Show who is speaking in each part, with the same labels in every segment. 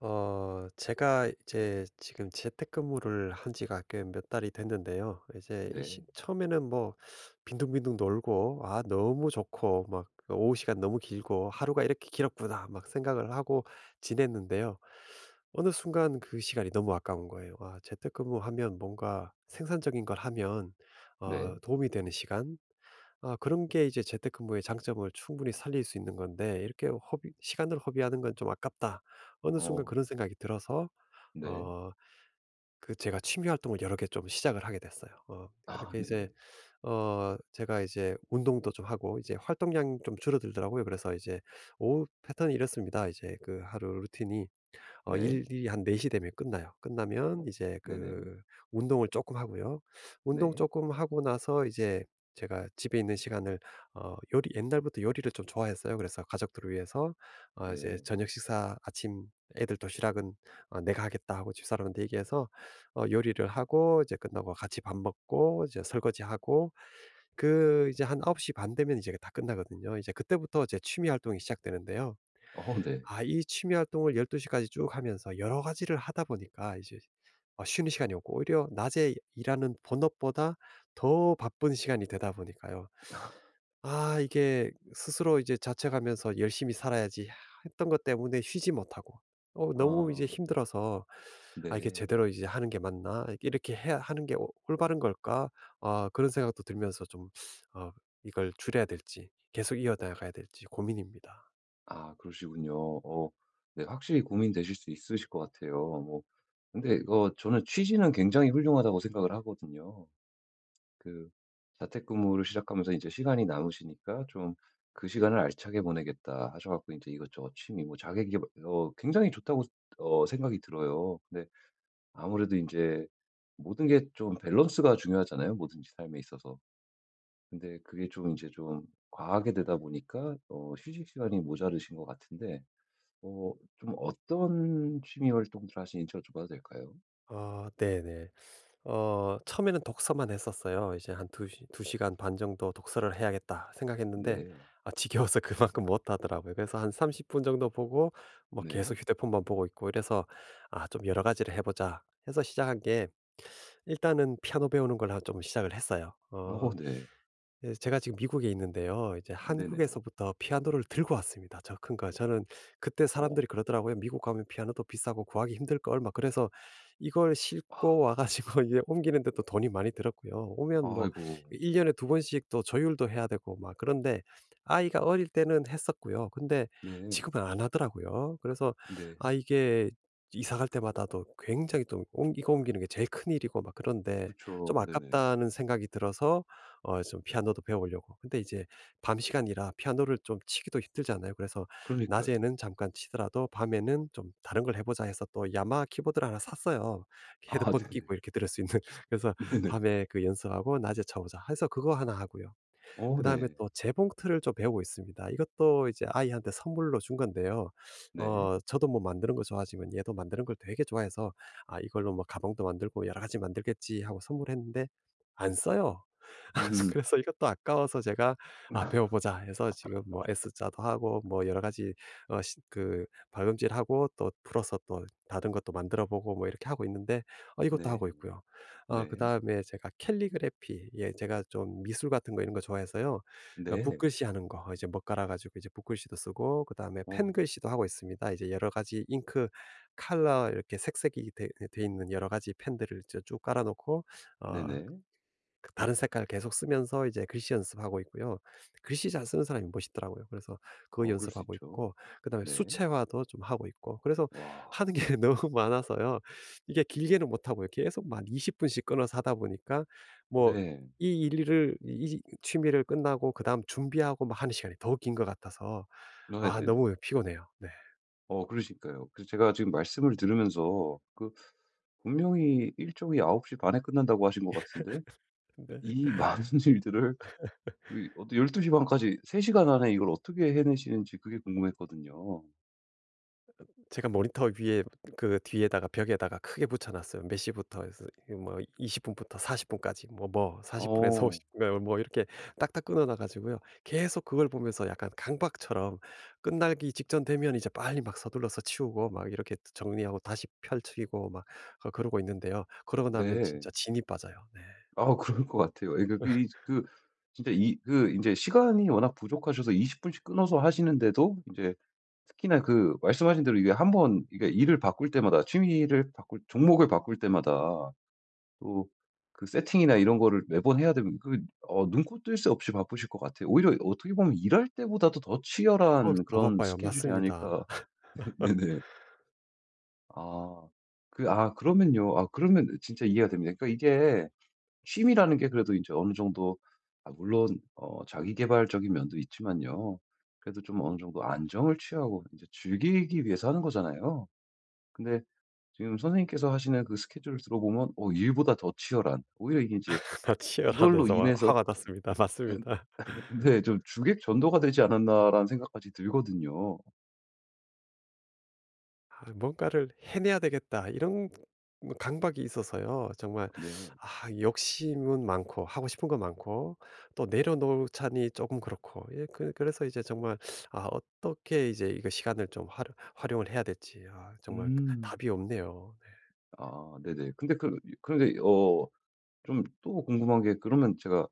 Speaker 1: 제가 이제 지금 재택근무를 한 지가 꽤 몇 달이 됐는데요. 이제
Speaker 2: 네.
Speaker 1: 처음에는 뭐 빈둥빈둥 놀고, 아, 너무 좋고, 막 오후 시간 너무 길고, 하루가 이렇게 길었구나, 막 생각을 하고 지냈는데요. 어느 순간 그 시간이 너무 아까운 거예요. 아, 재택근무하면 뭔가 생산적인 걸 하면
Speaker 2: 네.
Speaker 1: 도움이 되는 시간, 아 그런 게 이제 재택근무의 장점을 충분히 살릴 수 있는 건데 이렇게 허비 '시간을 허비하는 건 좀 아깝다.' 어느 순간
Speaker 2: 어.
Speaker 1: 그런 생각이 들어서
Speaker 2: 네.
Speaker 1: 어 제가 취미 활동을 여러 개 좀 시작을 하게 됐어요.
Speaker 2: 아,
Speaker 1: 그렇게
Speaker 2: 네네.
Speaker 1: 이제 제가 이제 운동도 좀 하고 이제 활동량이 좀 줄어들더라고요. 그래서 이제 "오후 패턴이 이렇습니다." 이제 그 하루 루틴이.
Speaker 2: 네.
Speaker 1: 일이 한 4시 되면 끝나요.
Speaker 2: 어.
Speaker 1: 끝나면 이제
Speaker 2: 네네.
Speaker 1: 그 운동을 조금 하고요. 운동
Speaker 2: 네.
Speaker 1: 조금 하고 나서 이제 제가 집에 있는 시간을 어 요리 옛날부터 요리를 좀 좋아했어요. 그래서 가족들을 위해서 이제
Speaker 2: 네.
Speaker 1: 저녁 식사, 아침, 애들 도시락은 "내가 하겠다." 하고 집사람한테 얘기해서 요리를 하고 이제 끝나고 같이 밥 먹고 이제 설거지하고 그 이제 한9시 반 되면 이제 다 끝나거든요. 이제 그때부터 제 취미 활동이 시작되는데요.
Speaker 2: 어, 네.
Speaker 1: 아 이 취미 활동을 1, 2시 까지 쭉 하면서 여러 가지를 하다 보니까 이제 쉬는 시간이 없고 오히려 낮에 일하는 본업보다 더 바쁜 시간이 되다 보니까요. 아 이게 스스로 이제 자책하면서 '열심히 살아야지.' 했던 것 때문에 쉬지 못하고 너무 이제
Speaker 2: 아,
Speaker 1: 힘들어서 '아 이게
Speaker 2: 네.
Speaker 1: 제대로 이제 하는 게 맞나? 이렇게 해야 하는 게 오 올바른 걸까?' 아 그런 생각도 들면서 좀 어 이걸 줄여야 될지 계속 이어 나가야 될지 고민입니다.
Speaker 2: 아, 그러시군요. 어, 네, 확실히 고민되실 수 있으실 것 같아요. 뭐, 근데 이거 저는 취지는 굉장히 훌륭하다고 생각을 하거든요. 그, 자택근무를 시작하면서 이제 시간이 남으시니까 좀 '그 시간을 알차게 보내겠다.' 하셔 갖고 이제 이것저것 취미 뭐 자기계발 굉장히 좋다고 생각이 들어요. 근데 아무래도 이제 모든 게 좀 밸런스가 중요하잖아요, 뭐든지 삶에 있어서. 근데 그게 좀 이제 좀 과하게 되다 보니까 휴식 시간이 모자르신 것 같은데 좀 어떤 취미 활동들 하시는지 여쭤봐도 될까요?
Speaker 1: 아 네네. 처음에는 독서만 했었어요. 이제 한 2시두 시간 반 정도 독서를 해야겠다 생각했는데
Speaker 2: 네.
Speaker 1: 아 지겨워서 그만큼 못 하더라고요. 그래서 한 30분 정도 보고 뭐 계속
Speaker 2: 네.
Speaker 1: 휴대폰만 보고 있고 이래서 '아 좀 여러 가지를 해 보자.' 해서 시작한 게 일단은 피아노 배우는 걸 좀 시작을 했어요.
Speaker 2: 어, 네.
Speaker 1: 예 제가 지금 미국에 있는데요. 이제
Speaker 2: 네네.
Speaker 1: 한국에서부터 피아노를 들고 왔습니다, 저 큰 거. 저는 그때
Speaker 2: 어.
Speaker 1: 사람들이 그러더라고요. "미국 가면 피아노도 비싸고 구하기 힘들걸." 막 그래서 이걸
Speaker 2: 아,
Speaker 1: 싣고 와 가지고 이제 옮기는데 또 돈이 많이 들었고요. 오면 뭐
Speaker 2: 아이고.
Speaker 1: 1 년에 2번씩 또 조율도 해야 되고 막 그런데 아이가 어릴 때는 했었고요. 근데
Speaker 2: 네.
Speaker 1: 지금은 안 하더라고요. 그래서
Speaker 2: 네.
Speaker 1: 아 이게 이사 갈 때마다도 굉장히 또 옮 이거 옮기는 게 제일 큰일이고 막 그런데 좀
Speaker 2: 그쵸. 네네.
Speaker 1: 아깝다는 생각이 들어서 좀 피아노도 배워 보려고. 근데 이제 밤 시간이라 피아노를 좀 치기도 힘들잖아요. 그래서
Speaker 2: 그러니까요.
Speaker 1: 낮에는 잠깐 치더라도 밤에는 좀 다른 걸 해 보자 해서 또 야마 키보드를 하나 샀어요.
Speaker 2: 아,
Speaker 1: 헤드폰
Speaker 2: 네네.
Speaker 1: 끼고 이렇게 들을 수 있는. 그래서
Speaker 2: 네네.
Speaker 1: 밤에 그 연습하고 낮에 쳐 보자 해서 그거 하나 하고요.
Speaker 2: 어,
Speaker 1: 그다음에
Speaker 2: 네.
Speaker 1: 또 재봉틀을 좀 배우고 있습니다. 이것도 이제 아이한테 선물로 준 건데요.
Speaker 2: 네.
Speaker 1: 저도 뭐 만드는 거 좋아하지만 얘도 만드는 걸 되게 좋아해서 '아 이걸로 뭐 가방도 만들고 여러 가지 만들겠지.' 하고 선물했는데 안 써요.
Speaker 2: 음.
Speaker 1: 그래서 이것도 아까워서 제가 '아 배워 보자.' 해서 지금 뭐 S자도 하고 뭐 여러 가지 어 시 그 발음질하고 또 풀어서 또 다른 것도 만들어 보고 뭐 이렇게 하고 있는데 이것도
Speaker 2: 네.
Speaker 1: 하고 있고요.
Speaker 2: 네.
Speaker 1: 그다음에 제가 캘리그래피, 예 제가 좀 미술 같은 거 이런 거 좋아해서요.
Speaker 2: 네.
Speaker 1: 붓글씨 하는 거 이제 먹갈아 가지고 이제 붓글씨도 쓰고 그다음에
Speaker 2: 어.
Speaker 1: 펜글씨도 하고 있습니다. 이제 여러 가지 잉크 컬러 이렇게 색색이 돼 있는 여러 가지 펜들을 이제 쭉 깔아 놓고 어
Speaker 2: 네네.
Speaker 1: 다른 색깔 계속 쓰면서 이제 글씨 연습하고 있고요. 글씨 잘 쓰는 사람이 멋있더라고요. 그래서 그거
Speaker 2: 어, 그럴 수
Speaker 1: 연습하고
Speaker 2: 있죠.
Speaker 1: 있고 그다음에
Speaker 2: 네.
Speaker 1: 수채화도 좀 하고 있고 그래서
Speaker 2: 와.
Speaker 1: 하는 게 너무 많아서요. 이게 길게는 못 하고요. 계속 막 20 분씩 끊어서 하다 보니까 뭐
Speaker 2: 네.
Speaker 1: 이 취미를 끝나고 그다음 준비하고 막 하는 시간이 더 긴 것 같아서
Speaker 2: 네,
Speaker 1: 아
Speaker 2: 네네.
Speaker 1: 너무 피곤해요. 네.
Speaker 2: 어, 그러니까요. 그래서 제가 지금 말씀을 들으면서 분명히 일정이 9시 반에 끝난다고 하신 것 같은데
Speaker 1: 네.
Speaker 2: 이 많은 일들을 이 어떤 1 2시 반까지 3 시간 안에 이걸 어떻게 해내시는지 그게 궁금했거든요.
Speaker 1: 제가 모니터 위에 그 뒤에다가 벽에다가 크게 붙여 놨어요. 몇 시부터 해서 이 뭐 20 분부터 40 분까지 뭐 40 분에서
Speaker 2: 어,
Speaker 1: 50분뭐 이렇게 딱딱 끊어 놔 가지고요. 계속 그걸 보면서 약간 강박처럼 끝나기 직전 되면 이제 빨리 막 서둘러서 치우고 막 이렇게 정리하고 다시 펼치고 막 그러고 있는데요. 그러고 나면
Speaker 2: 네.
Speaker 1: 진짜 진이 빠져요. 네.
Speaker 2: 아, 그럴 것 같아요. 예, 그 그 이 그 진짜 이 그 이제 시간이 워낙 부족하셔서 20분씩 분씩 끊어서 하시는데도 이제 특히나 그 말씀하신 대로 이게 한 번 이게 일을 바꿀 때마다 취미를 바꿀 종목을 바꿀 때마다 또 그 세팅이나 이런 거를 매번 해야 되면 눈코 뜰 새 없이 바쁘실 것 같아요. 오히려 어떻게 보면 일할 때보다도 더
Speaker 1: 어우
Speaker 2: 치열한
Speaker 1: 더
Speaker 2: 그런
Speaker 1: 바빠요.
Speaker 2: 스케줄이
Speaker 1: 맞습니다.
Speaker 2: 아닐까. 네네. 아. 그러면요. 아, 그러면 진짜 이해가 됩니다. 그러니까 이게 취미라는 게 그래도 이제 어느 정도 아, 물론 자기 계발적인 면도 있지만요. 그래도 좀 어느 정도 안정을 취하고 이제 즐기기 위해서 하는 거잖아요. 근데 지금 선생님께서 하시는 그 스케줄을 들어보면 어, 일보다 더 치열한 오히려 이게 이제
Speaker 1: 나치열하에
Speaker 2: 이걸로
Speaker 1: 서
Speaker 2: 인해서
Speaker 1: 화가 났습니다. 맞습니다.
Speaker 2: 네, 좀 '주객 전도가 되지 않았나.'라는 생각까지 들거든요.
Speaker 1: 아 뭔가를 해내야 되겠다 이런 뭐 강박이 있어서요. 정말
Speaker 2: 네.
Speaker 1: 아 욕심은 많고 하고 싶은 건 많고 또 내려놓자니 조금 그렇고, 예 그래서 이제 정말 아 어떻게 이제 이거 시간을 좀 활용을 해야 될지 아 정말 그
Speaker 2: 음.
Speaker 1: 답이 없네요. 네.
Speaker 2: 아, 네네. 근데 그 그런데 어 좀 또 궁금한 게 그러면 제가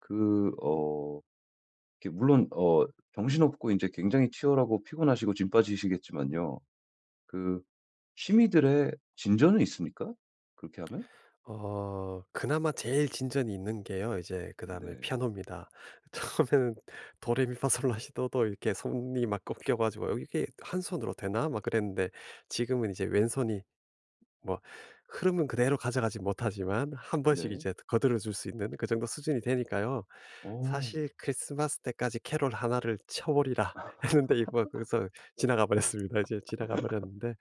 Speaker 2: 그어 이렇게 물론 어, 정신없고 이제 굉장히 치열하고 피곤하시고 짐 빠지시겠지만요. 그, 취미들의 진전은 있습니까? 그렇게 하면?
Speaker 1: 그나마 제일 진전이 있는 게요 이제 그다음에
Speaker 2: 네.
Speaker 1: 피아노입니다. 처음에는 도레미파솔라시도도 이렇게 손이 막 꺾여 가지고 '어 이게 한 손으로 되나?' 막 그랬는데 지금은 이제 왼손이 뭐 흐름은 그대로 가져가지 못하지만 한 번씩
Speaker 2: 네.
Speaker 1: 이제 거들어 줄 수 있는 그 정도 수준이 되니까요.
Speaker 2: 어.
Speaker 1: 사실 '크리스마스 때까지 캐롤 하나를 쳐 버리라.' 했는데 이거 거기서 지나가 버렸습니다. 이제 지나가 버렸는데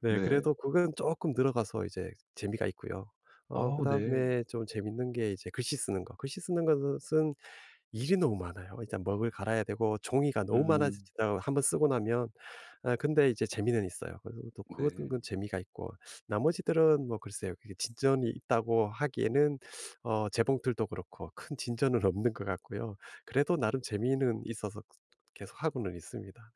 Speaker 1: 네
Speaker 2: 네.
Speaker 1: 그래도 그건 조금 늘어가서 이제 재미가 있고요.
Speaker 2: 아, 네.
Speaker 1: 그다음에 좀 재밌는 게 이제 글씨 쓰는 거. 글씨 쓰는 것은 일이 너무 많아요. 일단 먹을 갈아야 되고 종이가 너무
Speaker 2: 음.
Speaker 1: 많아지다 한번 쓰고 나면 아 근데 이제 재미는 있어요. 그래서 또 그것도
Speaker 2: 네.
Speaker 1: 그 재미가 있고 나머지들은 뭐 글쎄요. 그게 진전이 있다고 하기에는 재봉틀도 그렇고 큰 진전은 없는 것 같고요. 그래도 나름 재미는 있어서 계속하고는 있습니다.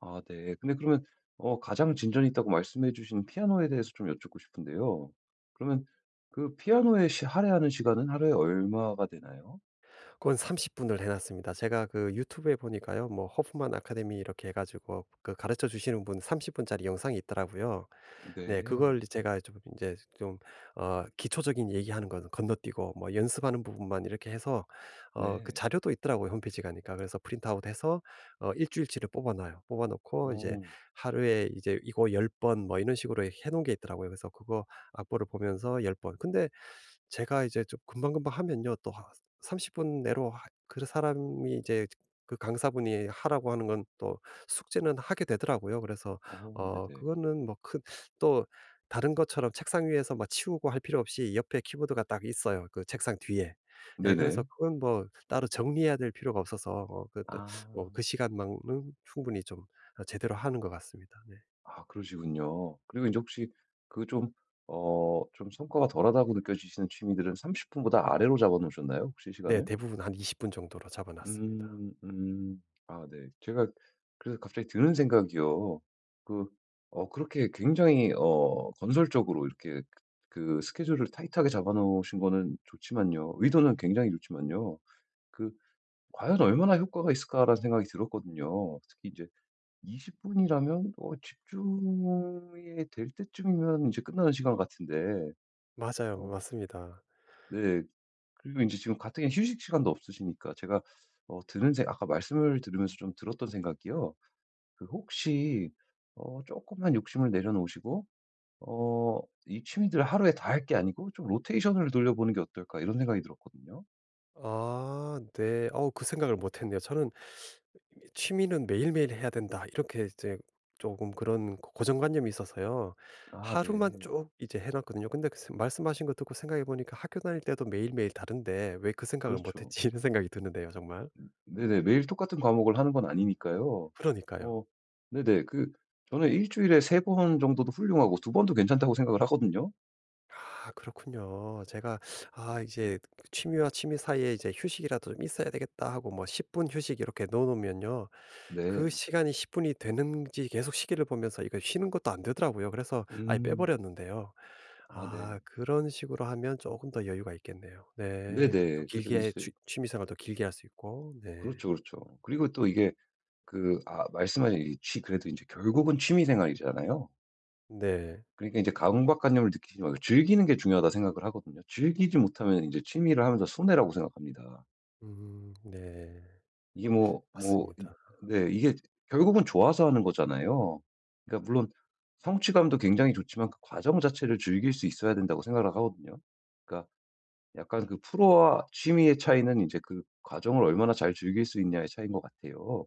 Speaker 2: 아, 네. 근데 그러면 어, 가장 진전이 있다고 말씀해 주신 피아노에 대해서 좀 여쭙고 싶은데요. 그러면 그 피아노에 시 할애하는 시간은 하루에 얼마가 되나요?
Speaker 1: 그건 30 분을 해 놨습니다. 제가 그 유튜브에 보니까요. 뭐 허프만 아카데미 이렇게 해 가지고 그 가르쳐 주시는 분 30 분짜리 영상이 있더라고요. 네 그걸
Speaker 2: 네.
Speaker 1: 제가 좀 이제 좀 기초적인 얘기하는 거는 건너뛰고 뭐 연습하는 부분만 이렇게 해서
Speaker 2: 네.
Speaker 1: 자료도 있더라고요, 홈페이지 가니까. 그래서 프린트아웃 해서 일 주일치를 뽑아 놔요. 뽑아 놓고 이제
Speaker 2: 어.
Speaker 1: 하루에 이제 이거 10번 뭐 이런 식으로 해 놓은 게 있더라고요. 그래서 그거 악보를 보면서 10번. 근데 제가 이제 좀 금방금방 하면요. 또 하 30분 내로 하 그 사람이 이제 그 강사분이 하라고 하는 건 또 숙제는 하게 되더라고요. 그래서
Speaker 2: 어, 네네.
Speaker 1: 그거는 뭐 큰. 또 다른 것처럼 책상 위에서 막 치우고 할 필요 없이 옆에 키보드가 딱 있어요, 그 책상 뒤에. 예 그래서
Speaker 2: 네네.
Speaker 1: 그건 뭐 따로 정리해야 될 필요가 없어서
Speaker 2: 아.
Speaker 1: 그 시간만은 충분히 좀 아 제대로 하는 것 같습니다. 네.
Speaker 2: 아, 그러시군요. 그리고 이제 혹시 그, 좀 어, 좀 성과가 덜하다고 느껴지시는 취미들은 30분보다 분보다 아래로 잡아 놓으셨나요, 혹시
Speaker 1: 네
Speaker 2: 시간을?
Speaker 1: 대부분 한 20분 정도로 잡아 놨습니다.
Speaker 2: 음, 아, 네. 제가 그래서 갑자기 드는 생각이요. 그 그렇게 굉장히 어, 건설적으로 이렇게 그 스케줄을 타이트하게 잡아 놓으신 거는 좋지만요. 의도는 굉장히 좋지만요. 그, '과연 얼마나 효과가 있을까.'라는 생각이 들었거든요. 특히 이제 20분이라면 어, 집중이 될 때쯤이면 이제 끝나는 시간 같은데.
Speaker 1: 맞아요.
Speaker 2: 어.
Speaker 1: 맞습니다.
Speaker 2: 네. 그리고 이제 지금 가뜩이나 휴식 시간도 없으시니까 제가 어 드는 생 아까 말씀을 들으면서 좀 들었던 생각이요. 그, 혹시 어금만 욕심을 내려놓으시고 어, '이 취미들 하루에 다 할 게 아니고 좀 로테이션을 돌려보는 게 어떨까?' 이런 생각이 들었거든요.
Speaker 1: 아 네. 그 생각을 못 했네요. 저는 취미는 매일매일 해야 된다 이렇게 이제 조금 그런 고 고정관념이 있어서요.
Speaker 2: 아,
Speaker 1: 하루만
Speaker 2: 네.
Speaker 1: 쭉 이제 해 놨거든요. 근데 말씀하신 거 듣고 생각해 보니까 '학교 다닐 때도 매일매일 다른데 왜 그 생각을 못
Speaker 2: 그렇죠.
Speaker 1: 했지.' 이런 생각이 드는데요, 정말.
Speaker 2: 네네. 매일 똑같은 과목을 하는 건 아니니까요.
Speaker 1: 그러니까요.
Speaker 2: 어, 네네. 그, 저는 일 주일에 세 번 정도도 훌륭하고 두 번도 괜찮다고 생각을 하거든요.
Speaker 1: 아 그렇군요. 제가 '아 이제 취미와 취미 사이에 이제 휴식이라도 좀 있어야 되겠다.' 하고 뭐 10분 휴식 이렇게 넣어 놓으면요. 그
Speaker 2: 네.
Speaker 1: 시간이 10 분이 되는지 계속 시계를 보면서 이거 쉬는 것도 안 되더라고요. 그래서 아예
Speaker 2: 음.
Speaker 1: 빼버렸는데요.
Speaker 2: 아, 네.
Speaker 1: 아 그런 식으로 하면 조금 더 여유가 있겠네요. 네. 좀
Speaker 2: 네네. 그래서
Speaker 1: 길게
Speaker 2: 이제
Speaker 1: 취 취미 생활도 길게 할 수 있고. 네.
Speaker 2: 그렇죠, 그렇죠. 그리고 또 이게 말씀하신 이 취 그래도 이제 결국은 취미 생활이잖아요.
Speaker 1: 네.
Speaker 2: 그러니까 이제 강박관념을 느끼지 말고 즐기는 게 중요하다 생각을 하거든요. 즐기지 못하면 이제 취미를 하면서 손해라고 생각합니다.
Speaker 1: 네.
Speaker 2: 이게 뭐 뭐
Speaker 1: 맞습니다.
Speaker 2: 네, 이게 결국은 좋아서 하는 거잖아요. 그러니까 물론 성취감도 굉장히 좋지만 그 과정 자체를 즐길 수 있어야 된다고 생각을 하거든요. 그러니까 약간 그 프로와 취미의 차이는 이제 그 과정을 얼마나 잘 즐길 수 있냐의 차이인 것 같아요.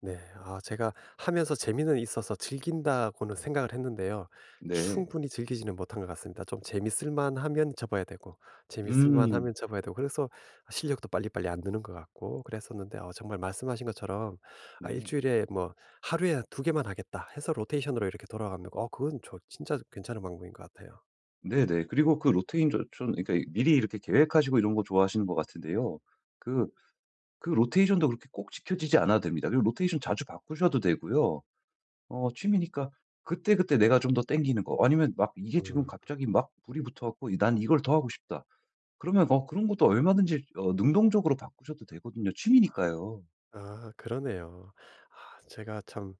Speaker 1: 네. 아 제가 하면서 재미는 있어서 즐긴다고는 생각을 했는데요.
Speaker 2: 네.
Speaker 1: 충분히 즐기지는 못한 것 같습니다. 좀 재밌을 만하면 접어야 되고 재밌을
Speaker 2: 음.
Speaker 1: 만하면 접어야 되고, 그래서 실력도 빨리빨리 안 느는 것 같고 그랬었는데, 어 정말 말씀하신 것처럼 아
Speaker 2: 네.
Speaker 1: 주일에 뭐 하루에 2개만 하겠다 해서 로테이션으로 이렇게 돌아가면 그건 저 진짜 괜찮은 방법인 것 같아요.
Speaker 2: 네네. 그리고 그 로테인 조 좀, 그러니까 미리 이렇게 계획하시고 이런 거 좋아하시는 것 같은데요. 그, 그 로테이션도 그렇게 꼭 지켜지지 않아도 됩니다. 그리고 로테이션 자주 바꾸셔도 되고요. 어, 취미니까 그때그때 내가 좀 더 땡기는 거 아니면 막 이게 지금
Speaker 1: 음.
Speaker 2: 갑자기 막 불이 붙어 갖고 '난 이걸 더 하고 싶다.' 그러면 그런 것도 얼마든지 능동적으로 바꾸셔도 되거든요. 취미니까요.
Speaker 1: 아 그러네요. 아 제가 참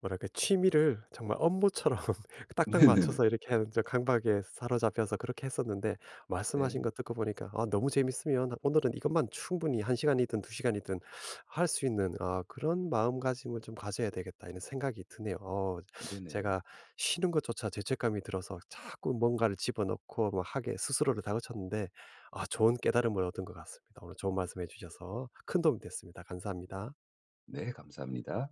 Speaker 1: 뭐랄까 취미를 정말 업무처럼 딱딱
Speaker 2: 네네네.
Speaker 1: 맞춰서 이렇게 하는 저, 강박에 사로잡혀서 그렇게 했었는데 말씀하신
Speaker 2: 네.
Speaker 1: 거 듣고 보니까 아, 너무 재밌으면 오늘은 이것만 충분히 1시간이든 2시간이든 할 수 있는, 아, 그런 마음가짐을 좀 가져야 되겠다 이런 생각이 드네요.
Speaker 2: 네네.
Speaker 1: 제가 쉬는 것조차 죄책감이 들어서 자꾸 뭔가를 집어넣고 막 하게 스스로를 다그쳤는데 아, 좋은 깨달음을 얻은 것 같습니다. 오늘 좋은 말씀해 주셔서 큰 도움이 됐습니다. 감사합니다.
Speaker 2: 네, 감사합니다.